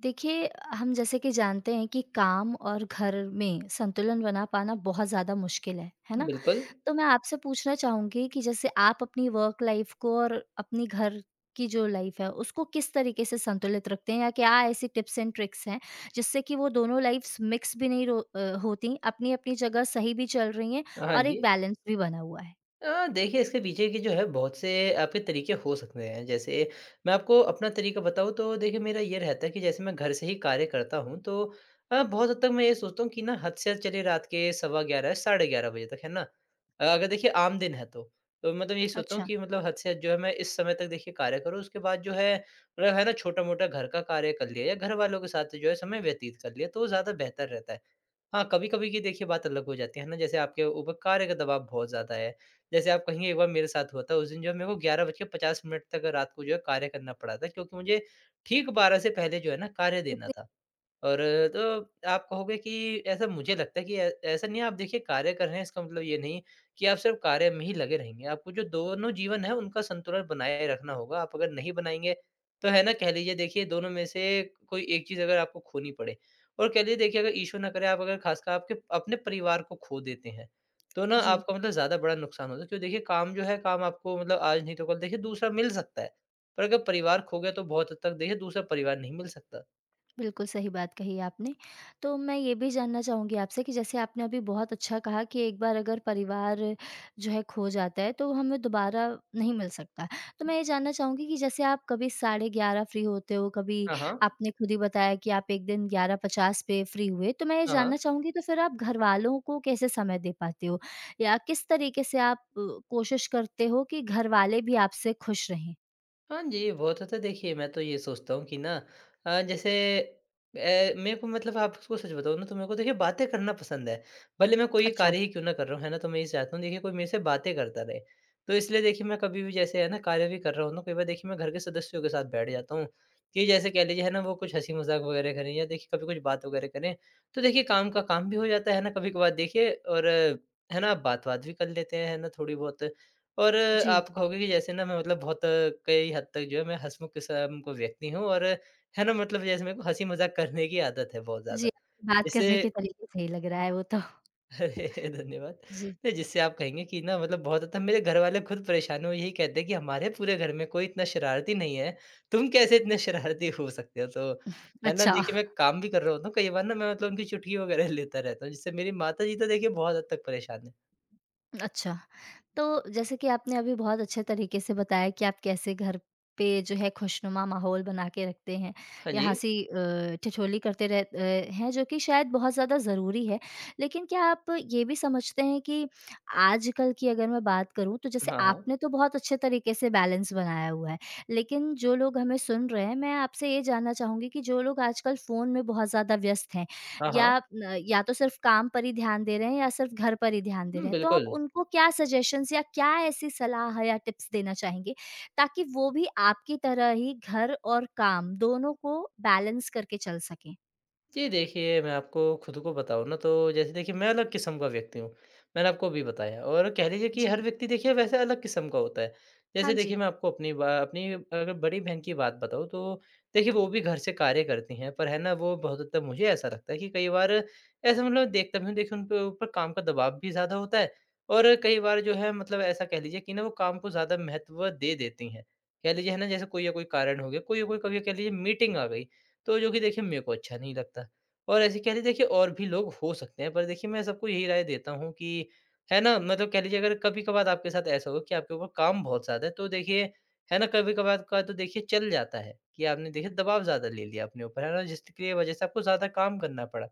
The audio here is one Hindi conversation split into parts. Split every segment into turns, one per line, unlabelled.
देखिए, हम जैसे कि जानते हैं कि काम और घर में संतुलन बना पाना बहुत ज़्यादा मुश्किल है ना?
बिल्कुल।
तो मैं आपसे पूछना चाहूँगी कि जैसे आप अपनी वर्क लाइफ़ को और अपनी घर की जो लाइफ़ है, उसको किस तरीके से संतुलित रखते हैं या क्या ऐसी टिप्स एंड ट्रिक्स हैं, जिससे कि वो दोनों लाइफ़्स मिक्स भी नहीं होती, अपनी-अपनी जगह सही भी चल रही हैं
हाँ
और एक
जी।
बैलेंस भी बना हुआ है?
देखिए, इसके पीछे की जो है बहुत से आपके तरीके हो सकते हैं। जैसे मैं आपको अपना तरीका बताऊँ तो देखिए मेरा ये रहता है कि जैसे मैं घर से ही कार्य करता हूँ तो बहुत हद तक मैं ये सोचता हूँ कि ना हद से हद चलिए रात के सवा 11 साढ़े 11 बजे तक, है ना? अगर देखिए आम दिन है तो। तो मतलब यही सोचता हूँ
अच्छा।
कि मतलब हद से हद जो है मैं इस समय तक देखिए कार्य करूँ, उसके बाद जो है मतलब है ना छोटा-मोटा घर का कार्य कर लिया या घर वालों के साथ जो है समय व्यतीत कर लिया तो ज़्यादा बेहतर रहता है। हाँ, कभी-कभी की देखिए बात अलग हो जाती है ना, जैसे आपके ऊपर कार्य का दबाव बहुत ज़्यादा है। जैसे आप कहेंगे एक बार मेरे साथ हुआ था, उस दिन जो है मेरे को 11:50 तक रात को जो है कार्य करना पड़ा था, क्योंकि मुझे ठीक 12 से पहले जो है ना कार्य देना
कितने
था। और तो आप कहोगे कि ऐसा मुझे लगता है कि ऐ ऐसा नहीं है, आप देखिए कार्य कर रहे हैं इसका मतलब ये नहीं कि आप सिर्फ़ कार्य में ही लगे रहेंगे। आपको जो दोनों जीवन है उनका संतुलन बनाए रखना होगा। आप अगर नहीं बनाएँगे तो है ना कह लीजिए देखिए दोनों में से कोई एक चीज़ अगर आपको खोनी पड़े और कह लीजिए देखिए अगर ईश्वर ना करे आप अगर ख़ासकर आपके अपने परिवार को खो देते हैं, तो ना
जी।
आपका मतलब ज़्यादा बड़ा नुकसान होता है। क्यों देखिए काम जो है काम आपको मतलब आज नहीं तो कल देखिए दूसरा मिल सकता है। पर अगर परिवार खो गया तो बहुत हद तक देखिए दूसरा परिवार नहीं मिल सकता।
बिल्कुल सही बात कही आपने। तो मैं ये भी जानना चाहूँगी आपसे कि जैसे आपने अभी बहुत अच्छा कहा कि एक बार अगर परिवार जो है खो जाता है तो हमें दोबारा नहीं मिल सकता। तो मैं ये जानना चाहूँगी कि जैसे आप कभी साढ़े 11 फ्री होते हो, कभी
हाँ, हाँ।
आपने खुद ही बताया कि आप एक दिन 11:50 पे फ्री हुए। तो मैं ये
हाँ, हाँ।
जानना चाहूँगी तो फिर आप घरवालों को कैसे समय दे पाते हो? या किस तरीके से आप कोशिश करते हो कि घरवाले भी आपसे खुश रहें?
हाँ जी, वो तो देखिए मैं तो ये सोचता हूँ कि ना जैसे मेरे को मतलब आपको सच बताऊँ ना तो मेरे को देखिए बातें करना पसंद है। भले मैं कोई
अच्छा।
कार्य ही क्यों ना कर रहा हूँ, है ना? तो मैं ये चाहता हूँ देखिए कोई मेरे से बातें करता रहे। तो इसलिए देखिए मैं कभी भी जैसे है ना कार्य भी कर रहा हूँ ना कई बार देखिए मैं घर के सदस्यों के साथ बैठ जाता हूँ कि जैसे कह लीजिए है ना वो कुछ हँसी-मज़ाक वगैरह करें या देखिए कभी कुछ बात वगैरह करें। तो देखिए काम का काम भी हो जाता है ना कभी-कभार देखिए और है ना बात-वात भी कर लेते हैं, है ना? थोड़ी बहुत। और
जी,
आप कहोगे कि जैसे ना मैं मतलब बहुत कई हद तक जो है मैं हँसमुख किस्म का व्यक्ति हूँ और है ना मतलब जैसे मेरे को हँसी-मज़ाक करने की आदत है बहुत
जी,
ज़्यादा।
आपकी बात
जिससे
करने के तरीके से ही लग रहा है वो तो।
अरे धन्यवाद।
जी,
नहीं जिससे आप कहेंगे कि ना मतलब बहुत ज़्यादा मेरे घरवाले खुद परेशान हो यही कहते हैं कि हमारे पूरे घर में कोई इतना शरारती नहीं है, तुम कैसे इतने शरारती हो सकते हो? तो है ना
अच्छा,
देखिए मैं काम भी कर रहा होता हूँ, कई बार ना मैं मतलब उनकी चुटकी वगैरह लेता रहता हूँ जिससे मेरी माताजी तो देखिए बहुत हद तक परेशान हैं।
अच्छा। तो जैसे कि आपने अभी बहुत अच्छे तरीके से बताया कि आप कैसे घर पे जो है खुशनुमा माहौल बना के रखते हैं
हाँ
या
जी।
हँसी ठिठोली करते हैं जो कि शायद बहुत ज़्यादा ज़रूरी है। लेकिन क्या आप ये भी समझते हैं कि आजकल की अगर मैं बात करूँ तो जैसे
हाँ, हाँ।
आपने तो बहुत अच्छे तरीके से बैलेंस बनाया हुआ है, लेकिन जो लोग हमें सुन रहे हैं मैं आपसे ये जानना चाहूँगी कि जो लोग आजकल फ़ोन में बहुत ज़्यादा व्यस्त हैं,
हाँ, हाँ।
या न या तो सिर्फ़ काम पर ही ध्यान दे रहे हैं या सिर्फ़ घर पर ही ध्यान दे रहे
हुँ,
हैं। तो आप
बिल्कुल।
उनको क्या सजेशंस या क्या ऐसी सलाह या टिप्स देना चाहेंगे, ताकि वो भी आपकी तरह ही घर और काम दोनों को बैलेंस करके चल सकें?
जी, देखिए मैं आपको खुद को बताऊँ ना तो जैसे देखिए मैं अलग किस्म का व्यक्ति हूँ। मैंने आपको अभी बताया और कह लीजिए कि हर
जी।
व्यक्ति देखिए वैसे अलग किस्म का होता है।
हाँ
जैसे देखिए
जी।
मैं आपको अपनी अगर बड़ी बहन की बात बताऊँ तो देखिए वो भी घर से कार्य करती हैं। पर है ना वो बहुत हद तक मुझे ऐसा लगता है कि कई बार ऐसा मतलब देखता भी हूँ देखिए उनके ऊपर काम का दबाव भी ज़्यादा होता है और कई बार जो है मतलब ऐसा कह लीजिए कि ना वो काम को ज़्यादा महत्व दे देती हैं। कह लीजिए है ना जैसे कोई या कोई कारण हो गया, कोई या कोई कभी कह लीजिए मीटिंग आ गई। तो जो कि देखिए मेरे को अच्छा नहीं लगता। और ऐसे कह लीजिए देखिए और भी लोग हो सकते हैं, पर देखिए मैं सबको यही राय देता हूँ कि है ना, मतलब कह लीजिए अगर कभी-कभार आपके साथ ऐसा हो कि आपके ऊपर काम बहुत ज़्यादा है, तो देखिए है ना, कभी-कभार का तो देखिए चल जाता है कि आपने देखिए दबाव ज़्यादा ले लिया अपने ऊपर, है ना? जिसके लिए वजह से आपको ज़्यादा काम करना पड़ा।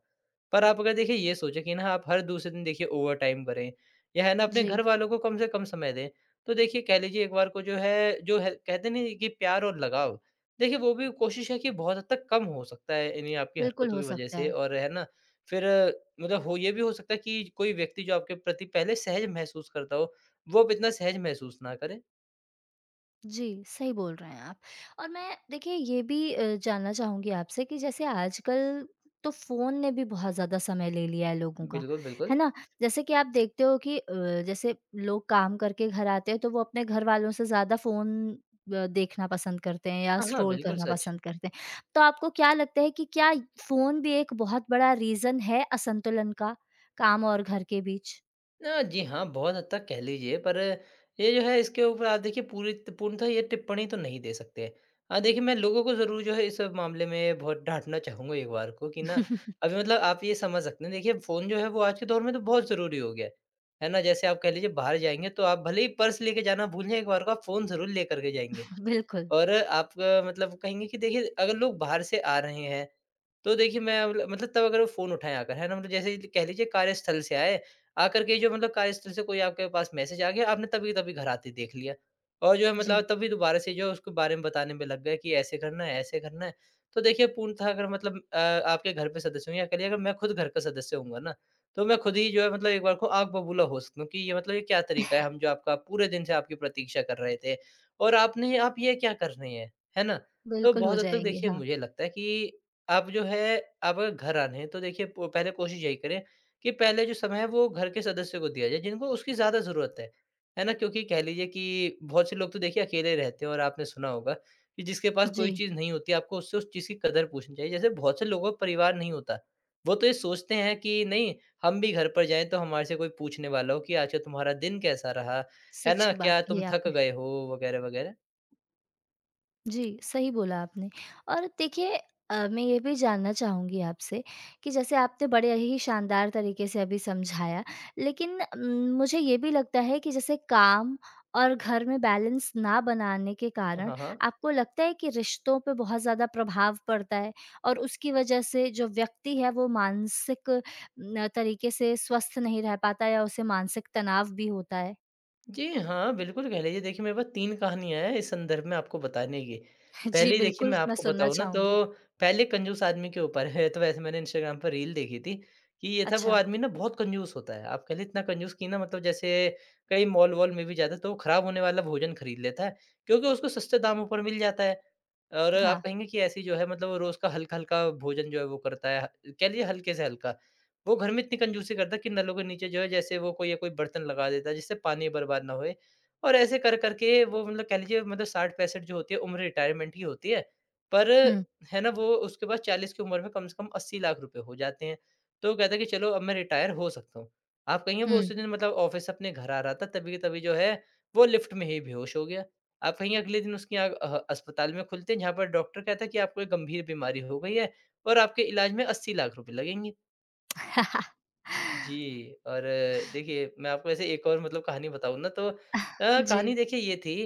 पर आप अगर देखिए ये सोचें कि ना आप हर दूसरे दिन देखिए ओवरटाइम करें या है ना अपने
जी,
घरवालों को कम से कम समय दें, तो देखिए कह लीजिए एक बार को जो है कहते नहीं कि प्यार और लगाव, देखिए वो भी कोशिश है कि बहुत हद तक कम हो सकता है इन्हीं आपकी
बिल्कुल
हरकतों
हो
की वजह
सकता
से
है।
और है ना फिर मतलब हो ये भी हो सकता है कि कोई व्यक्ति जो आपके प्रति पहले सहज महसूस करता हो, वो अब इतना सहज महसूस ना करे।
जी, सही बोल रहे हैं आप। और मैं देखिए ये भी जानना चाहूँगी आपसे कि जैसे आजकल तो फ़ोन ने भी बहुत ज़्यादा समय ले लिया है लोगों का,
बिल्कुल,
है
बिल्कुल।
ना? जैसे कि आप देखते हो कि जैसे लोग काम करके घर आते हैं तो वो अपने घर वालों से ज़्यादा फ़ोन देखना पसंद करते हैं या
हाँ, हाँ,
स्क्रॉल
बिल्कुल
करना
सच।
पसंद करते हैं। तो आपको क्या लगता है कि क्या फ़ोन भी एक बहुत बड़ा रीज़न है असंतुलन का, काम और घर के बीच?
जी हाँ, बहुत हद तक कह लीजिए पर ये जो है इसके ऊपर आप देखिए पूरी पूर्णतः ये टिप्पणी तो नहीं दे सकते। हाँ, देखिए मैं लोगों को ज़रूर जो है इस मामले में बहुत डाँटना चाहूँगा एक बार को कि ना अभी मतलब आप ये समझ सकते हैं देखिए फ़ोन जो है वो आज के दौर में तो बहुत ज़रूरी हो गया है। है ना? जैसे आप कह लीजिए बाहर जाएँगे तो आप भले ही पर्स लेके जाना भूल जाएँ एक बार को आप फ़ोन ज़रूर लेकर के जाएँगे।
बिल्कुल,
और आप मतलब कहेंगे कि देखिए अगर लोग बाहर से आ रहे हैं, तो देखिए मैं मतलब तब अगर वो फ़ोन उठाएँ आकर, है ना? मतलब जैसे कह लीजिए कार्यस्थल से आए, आकर के जो मतलब कार्यस्थल से कोई आपके पास मैसेज आ गया, आपने तभी तभी घर आते ही देख लिया। और जो है मतलब
जी।
आप तभी दोबारा से जो है उसके बारे में बताने में लग गए कि ऐसे करना है, ऐसे करना है। तो देखिए पूर्णतः अगर मतलब आपके घर पे सदस्य हों या कह लीजिए अगर मैं खुद घर का सदस्य होऊँगा ना, तो मैं खुद ही जो है मतलब एक बार को आग बबूला हो सकता हूँ कि ये मतलब ये क्या तरीका है, हम जो आपका पूरे दिन से आपकी प्रतीक्षा कर रहे थे। और आपने आप ये क्या कर रहे हैं, है ना? तो
बिल्कुल हो
बहुत हद तक
जाएँगे,
देखिए
हाँ।
मुझे लगता है कि आप जो है आप अगर घर आ रहे हैं तो देखिए प पहले कोशिश यही करें कि पहले जो समय है वो घर के सदस्य को दिया जाए जिनको उसकी ज़्यादा ज़रूरत है ना? क्योंकि कह लीजिए कि बहुत से लोग तो देखिए अकेले रहते हैं और आपने सुना होगा कि जिसके पास कोई
जी।
चीज़ नहीं होती आपको उससे उस चीज़ की कदर पूछनी चाहिए। जैसे बहुत से लोगों का परिवार नहीं होता, वो तो ये सोचते हैं कि नहीं हम भी घर पर जाएँ तो हमारे से कोई पूछने वाला हो कि आज का तुम्हारा दिन कैसा रहा? है
सच
ना?
बात
क्या
कही
तुम थक
आपने।
गए हो? वगैरह, वगैरह।
जी, सही बोला आपने और देखिए मैं ये भी जानना चाहूँगी आपसे कि जैसे आपने बड़े ही शानदार तरीके से अभी समझाया, लेकिन मुझे ये भी लगता है कि जैसे काम और घर में बैलेंस ना बनाने के कारण
हाँ, हाँ।
आपको लगता है कि रिश्तों पे बहुत ज़्यादा प्रभाव पड़ता है और उसकी वजह से जो व्यक्ति है वो मानसिक न तरीके से स्वस्थ नहीं रह पाता या उसे मानसिक तनाव भी होता है?
जी हाँ, बिल्कुल कह लीजिए देखिए मेरे पास 3 कहानियाँ हैं इस संदर्भ में आपको बताने की।
जी,
पहली देखिए
बिल्कुल
मैं
मैं
आपको
सुनना
बताऊँ ना
चाहूँगी।
तो पहले कंजूस आदमी के ऊपर है, तो वैसे मैंने इंस्टाग्राम पर रील देखी थी कि ये था वो
अच्छा,
आदमी ना बहुत कंजूस होता है। आप कह लें इतना कंजूस कि ना मतलब जैसे कहीं मॉल-वॉल में भी जाता है तो वो खराब होने वाला भोजन खरीद लेता है, क्योंकि उसको सस्ते दामों पर मिल जाता है। और आप
हाँ।
कहेंगे कि ऐसी जो है मतलब वो रोज़ का हल्का-हल्का भोजन जो है वो करता है, कह लीजिए हल्के से हल्का। वो घर में इतनी कंजूसी करता कि नलों के नीचे जो है जैसे वो कोई या कोई बर्तन लगा देता जिससे पानी बर्बाद ना होए। और ऐसे कर कर के वो मतलब कह लीजिए मतलब 60-65 जो होती है उम्र रिटायरमेंट की होती है। पर
हुँ,
है ना वो उसके पास 40 की उम्र में कम से कम 80 लाख रुपए हो जाते हैं। तो वो कहता है कि चलो अब मैं रिटायर हो सकता हूँ। आप कहिए वो
हुँ।
उसी दिन मतलब ऑफ़िस से अपने घर आ रहा था तभी के तभी जो है वो लिफ्ट में ही बेहोश हो गया। आप कहिए अगले दिन उसकी आँख अह अस्पताल में खुलते हैं जहाँ पर डॉक्टर कहता है कि आपको एक गंभीर बीमारी हो गई है और आपके इलाज में 80 लाख रुपए लगेंगे। जी, और देखिए मैं आपको ऐसे एक और मतलब कहानी बताऊँ ना तो
जी,
कहानी देखिए ये थी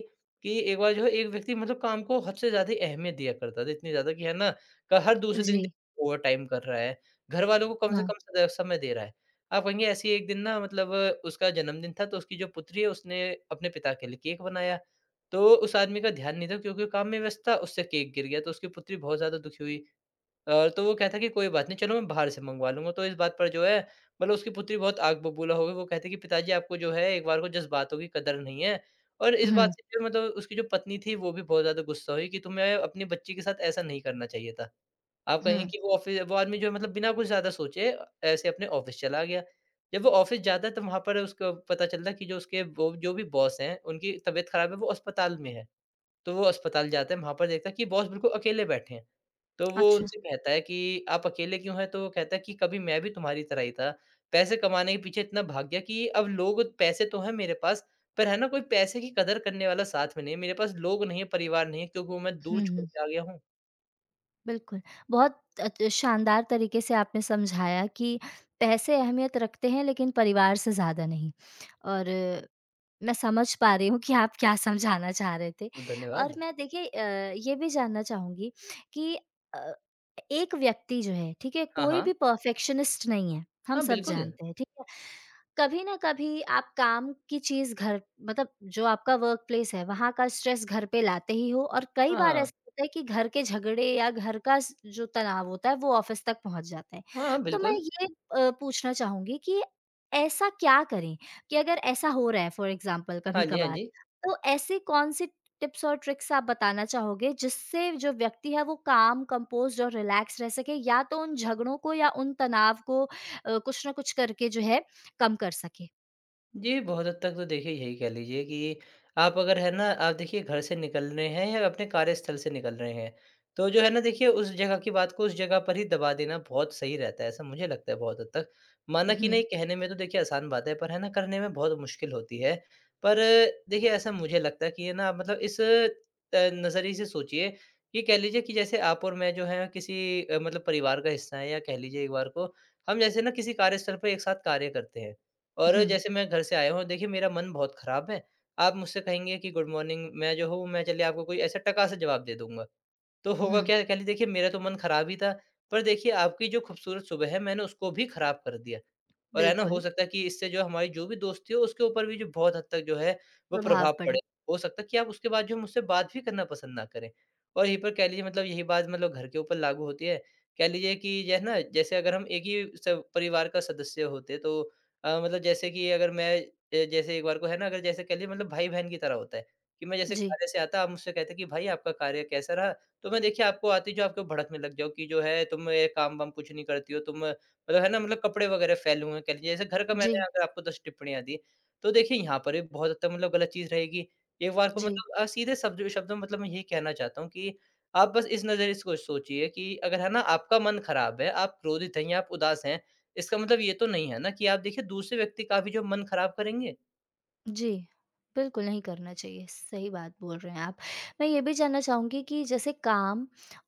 कि एक बार जो है एक व्यक्ति मतलब काम को हद से ज़्यादा अहमियत दिया करता था, इतनी ज़्यादा कि है ना क हर दूसरे दिन
जी।
ओवरटाइम कर रहा है, घरवालों को कम से
हाँ।
कम सद समय दे रहा है। आप कहेंगे ऐसे ही एक दिन ना मतलब उसका जन्मदिन था तो उसकी जो पुत्री है उसने अपने पिता के लिए केक बनाया, तो उस आदमी का ध्यान नहीं था क्योंकि वो काम में व्यस्त था, उससे केक गिर गया तो उसकी पुत्री बहुत ज़्यादा दुखी हुई। तो वो कहता कि कोई बात नहीं, चलो मैं बाहर से मँगवा लूँगा। तो इस बात पर जो है मतलब उसकी पुत्री बहुत आग बबूला हो गई। वो कहती कि पिताजी, आपको जो है एक बार को जज़्बातों की कदर नहीं है। और इस बात
हुँ,
से जो मतलब उसकी जो पत्नी थी, वो भी बहुत ज़्यादा गुस्सा हुई कि तुम्हें अपनी बच्ची के साथ ऐसा नहीं करना चाहिए था। आप कहेंगे
हुँ।
कि वो ऑफ़ि वो आदमी जो है मतलब बिना कुछ ज़्यादा सोचे ऐसे अपने ऑफ़िस चला गया। जब वो ऑफ़िस जाता है तो वहाँ पर उसको पता चलता है कि जो उसके वो जो भी बॉस हैं, उनकी तबीयत ख़राब है, वो अस्पताल में है। तो वो अस्पताल जाता है, वहाँ पर देखता है कि बॉस बिल्कुल अकेले बैठे हैं। तो वो
अच्छा।
उनसे कहता है कि आप अकेले क्यों हैं? तो वो कहता है कि कभी मैं भी तुम्हारी तरह ही था। पैसे कमाने के पीछे इतना भाग गया कि अब लोग पैसे तो हैं मेरे पास, पर है ना कोई पैसे की कदर करने वाला साथ में नहीं है। मेरे पास लोग नहीं है, परिवार नहीं है क्योंकि वो मैं दूर
हुँ,
छोड़
हुँ।
के आ गया हूँ।
बिल्कुल, बहुत अच शानदार तरीके से आपने समझाया कि पैसे अहमियत रखते हैं लेकिन परिवार से ज़्यादा नहीं और मैं समझ पा रही हूँ कि आप क्या समझाना चाह रहे थे
तो
और
धन्यवाद।
मैं देखिए ये भी जानना चाहूँगी कि अ, एक व्यक्ति जो है, ठीक है?
हाँ,
कोई
हाँ।
भी परफेक्शनिस्ट नहीं है, हम
हाँ,
सब
बिल्कुल।
जानते हैं, ठीक है? कभी ना कभी आप काम की चीज़ घर मतलब जो आपका वर्क प्लेस है, वहाँ का स्ट्रेस घर पे लाते ही हो और कई
हाँ,
बार
हाँ।
ऐसा होता है कि घर के झगड़े या घर का स जो तनाव होता है, वो ऑफ़िस तक पहुँच जाता है।
हाँ, हाँ,
तो मैं
बिल्कुल।
ये पूछना चाहूँगी कि ऐसा क्या करें कि अगर ऐसा हो रहा है फॉर एग्ज़ाम्पल
हाँ जी, हाँ
कभी-कभार,
जी।
तो ऐसे कौन-से टिप्स और ट्रिक्स आप बताना चाहोगे जिससे जो व्यक्ति है वो काम, कंपोज़्ड और रिलैक्स रह सके या तो उन झगड़ों को या उन तनाव को कुछ न कुछ करके जो है कम कर सके?
जी, बहुत हद तक तो देखिए यही कह लीजिए कि आप अगर है ना आप देखिए घर से निकल रहे हैं या अपने कार्यस्थल से निकल रहे हैं, तो जो है ना देखिए उस जगह की बात को उस जगह पर ही दबा देना बहुत सही रहता है, ऐसा मुझे लगता है बहुत हद तक। माना कि
हुँ,
नहीं कहने में तो देखिए आसान बात है, पर है ना करने में बहुत मुश्किल होती है। पर देखिए ऐसा मुझे लगता है कि है ना आप मतलब इस त नज़रिए से सोचिए कि कह लीजिए कि जैसे आप और मैं जो हैं किसी मतलब परिवार का हिस्सा हैं या कह लीजिए एक बार को, हम जैसे ना किसी कार्यस्थल पर एक साथ कार्य करते हैं। और
हुँ,
जैसे मैं घर से आया हूँ, देखिए मेरा मन बहुत खराब है। आप मुझसे कहेंगे कि गुड मॉर्निंग, मैं जो हूँ, मैं चलिए आपको कोई ऐसा टका सा जवाब दे दूँगा। तो होगा
हुँ,
क्या, कह लीजिए देखिए मेरा तो मन खराब ही था, पर देखिए आपकी जो खूबसूरत सुबह है मैंने उसको भी खराब कर दिया। और है ना,
बिल्कुल,
हो सकता है कि इससे जो हमारी जो भी दोस्ती हो उसके ऊपर भी जो बहुत हद तक जो है वो
प्रभाव
प्रभाव
पड़े।
पड़े। हो सकता है कि आप उसके बाद जो मुझसे बात भी करना पसंद ना करें। और यहीं पर कह लीजिए मतलब यही बात मतलब घर के ऊपर लागू होती है। कह लीजिए कि जो है ना, जैसे अगर हम एक ही स परिवार का सदस्य होते तो मतलब जैसे कि अगर मैं जैसे एक बार को है ना अगर जैसे कह लीजिए मतलब भाई-बहन की तरह होता है, कि मैं जैसे
जी,
कार्य से आता, आप मुझसे कहते कि भाई, आपका कार्य कैसा रहा? तो मैं देखिए आपको आते ही जो आपको भड़कने लग जाऊँ कि जो है तुम ये काम-वाम कुछ नहीं करती हो, तुम मतलब है ना मतलब कपड़े वगैरह फैले हुए हैं कह लीजिए, जैसे घर का,
जी,
मैंने अगर आपको 10 टिप्पणियाँ दी, तो देखिए यहाँ पर भी बहुत हद तक मतलब गलत चीज़ रहेगी। एक बार को
जी।
मतलब सीधे शब्दों में मतलब मैं यही कहना चाहता हूँ कि आप बस इस नज़रिए से सोचिए कि अगर है ना आपका मन खराब है, आप क्रोधित हैं या आप उदास हैं, इसका मतलब ये तो नहीं है ना कि आप देखिए दूसरे व्यक्ति का भी जो मन खराब करेंगे।
जी, बिल्कुल नहीं करना चाहिए, सही बात बोल रहे हैं आप। मैं ये भी जानना चाहूँगी कि जैसे काम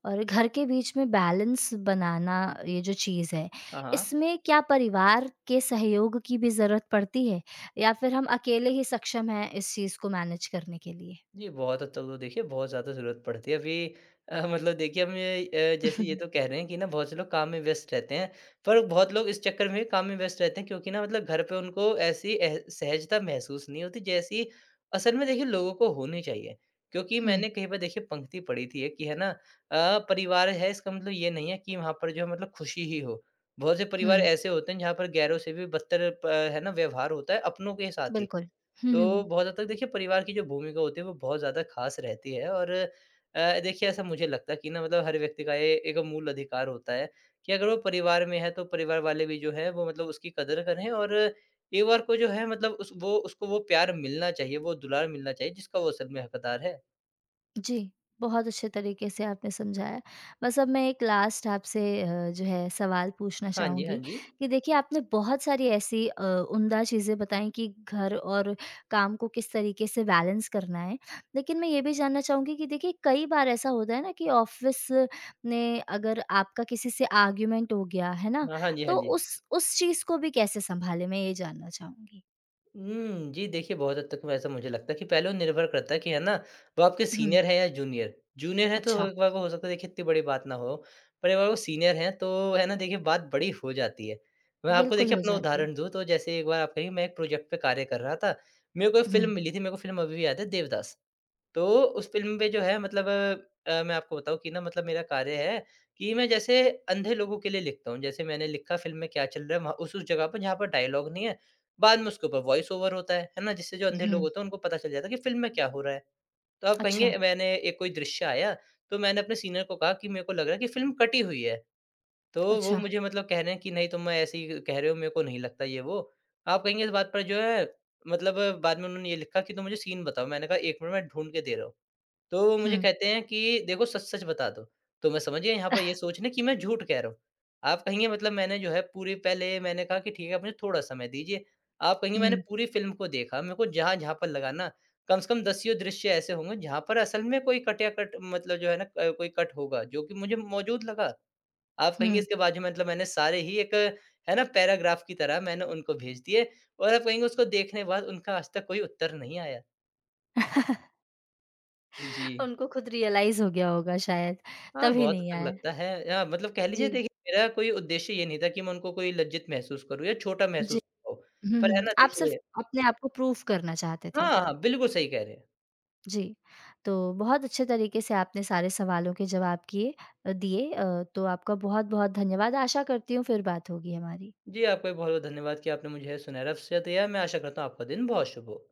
और घर के बीच में बैलेंस बनाना ये जो चीज़ है,
हाँ, हाँ।
इसमें क्या परिवार के सहयोग की भी ज़रूरत पड़ती है या फिर हम अकेले ही सक्षम हैं इस चीज़ को मैनेज करने के लिए?
जी, बहुत हद तक तो देखिए बहुत ज़्यादा ज़रूरत पड़ती है। अभी मतलब देखिए हम ये जैसे ये तो कह रहे हैं कि ना बहुत से लोग काम में व्यस्त रहते हैं, पर बहुत लोग इस चक्कर में काम में व्यस्त रहते हैं क्योंकि ना मतलब घर पे उनको ऐसी एह सहजता महसूस नहीं होती जैसी असल में देखिए लोगों को होनी चाहिए। क्योंकि
हुँ,
मैंने कहीं पर देखिए पंक्ति पढ़ी थी एक कि है ना परिवार है इसका मतलब ये नहीं है कि वहाँ पर जो है मतलब खुशी ही हो। बहुत से परिवार
हुँ,
ऐसे होते हैं जहाँ पर गैरों से भी बदतर प है ना व्यवहार होता है अपनों के साथ ही।
बिल्कुल। हुँ, हुँ,
तो
हुँ।
बहुत हद तक देखिए परिवार की जो भूमिका होती है वो बहुत ज़्यादा ख़ास रहती है और देखिए ऐसा मुझे लगता है कि ना मतलब हर व्यक्ति का ये एक मूल अधिकार होता है कि अगर वो परिवार में है तो परिवार वाले भी जो है वो मतलब उसकी कदर करें और एक बार को जो है मतलब उस वो उसको वो प्यार मिलना चाहिए, वो दुलार मिलना चाहिए जिसका वो असल में हकदार है।
जी, बहुत अच्छे तरीके से आपने समझाया। बस अब मैं एक लास्ट आपसे जो है सवाल पूछना
हाँ जी, हाँ
चाहूँगी
जी।
कि देखिए आपने बहुत सारी ऐसी उम्दा चीज़ें बताई कि घर और काम को किस तरीके से बैलेंस करना है। लेकिन मैं ये भी जानना चाहूँगी कि देखिए कई बार ऐसा होता है ना कि ऑफ़िस में अगर आपका किसी से आर्ग्यूमेंट हो गया, है ना?
हाँ, हाँ जी, हाँ
तो
जी।
उस चीज़ को भी कैसे सँभालें? मैं ये जानना चाहूँगी।
जी देखिए, बहुत हद तक वैसा मुझे लगता है कि पहले वो निर्भर करता है कि है ना, वो आपके
हुँ,
सीनियर है या जूनियर। जूनियर है तो
अच्छा,
एक बार को हो सकता है देखिए इतनी बड़ी बात ना हो, पर एक बार वो सीनियर हैं तो है ना देखिए बात बड़ी हो जाती है। मैं आपको
बिल्कुल
देखिए
हो
अपना
जाती है।
उदाहरण दूँ तो जैसे एक बार आप कहिए मैं एक प्रोजेक्ट पे कार्य कर रहा था, मेरे को एक फ़िल्म
हुँ,
मिली थी, मेरे को फ़िल्म अभी भी याद है, देवदास। तो उस फ़िल्म में जो है मतलब मैं आपको बताऊँ कि ना मतलब मेरा कार्य है कि मैं जैसे अंधे लोगों के लिए लिखता हूँ। जैसे मैंने लिखा फ़िल्म में क्या चल रहा है वहाँ उस-उस जगह पर जहाँ पर डायलॉग नहीं है, बाद में उसके ऊपर वॉइस ओवर होता है ना? जिससे जो अंधे लोग
हुँ,
होते हैं उनको पता चल जाता है कि फ़िल्म में क्या हो रहा है। तो आप
अच्छा,
कहेंगे मैंने एक कोई दृश्य आया, तो मैंने अपने सीनियर को कहा कि मेरे को लग रहा है कि फ़िल्म कटी हुई है। तो वो
अच्छा,
मुझे मतलब कह रहे हैं कि नहीं, तुम मैं ऐसे ही कह रहे हो, मेरे को नहीं लगता ये वो। आप कहेंगे इस बात पर जो है मतलब बाद में उन्होंने ये लिखा कि तुम मुझे सीन बताओ। मैंने कहा 1 मिनट, मैं ढूँढ के दे रहा हूँ। तो वो मुझे
हुँ।
कहते हैं कि देखो, सच-सच बता दो। तो मैं समझ गया यहाँ पर ये सोचना कि मैं झूठ कह रहा हूँ। आप कहेंगे मतलब मैंने जो है पूरी पहले मैंने कहा कि ठीक है, आप मुझे थोड़ा समय दीजिए। आप कहेंगे मैंने
हुँ,
पूरी फ़िल्म को देखा, मेरे को जहाँ-जहाँ पर लगा ना कम से कम दसियों दृश्य ऐसे होंगे जहाँ पर असल में कोई कट या कट मतलब जो है ना कोई कट होगा जो कि मुझे मौजूद लगा। आप कहेंगे
हुँ।
इसके बाजू में मतलब मैंने सारे ही एक है ना पैराग्राफ की तरह मैंने उनको भेज दिए और आप कहेंगे उसको देखने के बाद उनका आज तक कोई उत्तर नहीं आया। जी।
उनको खुद रियलाइज़ हो गया होगा शायद,
हाँ,
तभी
बहुत हद
नहीं
तक
आया।
लगता है। मतलब कह लीजिए
जी,
देखिए मेरा कोई उद्देश्य ये नहीं था कि मैं उनको कोई लज्जित महसूस करूँ या छोटा
जी।
महसूस कराऊँ।
हुँ,
पर
हुँ,
है
हुँ।
ना
आप सिर्फ़
देखिए
अपने आप को प्रूफ़ करना चाहते थे।
हाँ, हाँ, बिल्कुल सही कह रहे हैं।
जी, तो बहुत अच्छे तरीके से आपने सारे सवालों के जवाब दिए तो आपका बहुत-बहुत धन्यवाद। आशा करती हूँ फिर बात होगी हमारी।
जी, आपका भी बहुत-बहुत धन्यवाद कि आपने मुझे सुनहरा अवसर दिया। मैं आशा करता हूँ आपका दिन बहुत शुभ हो।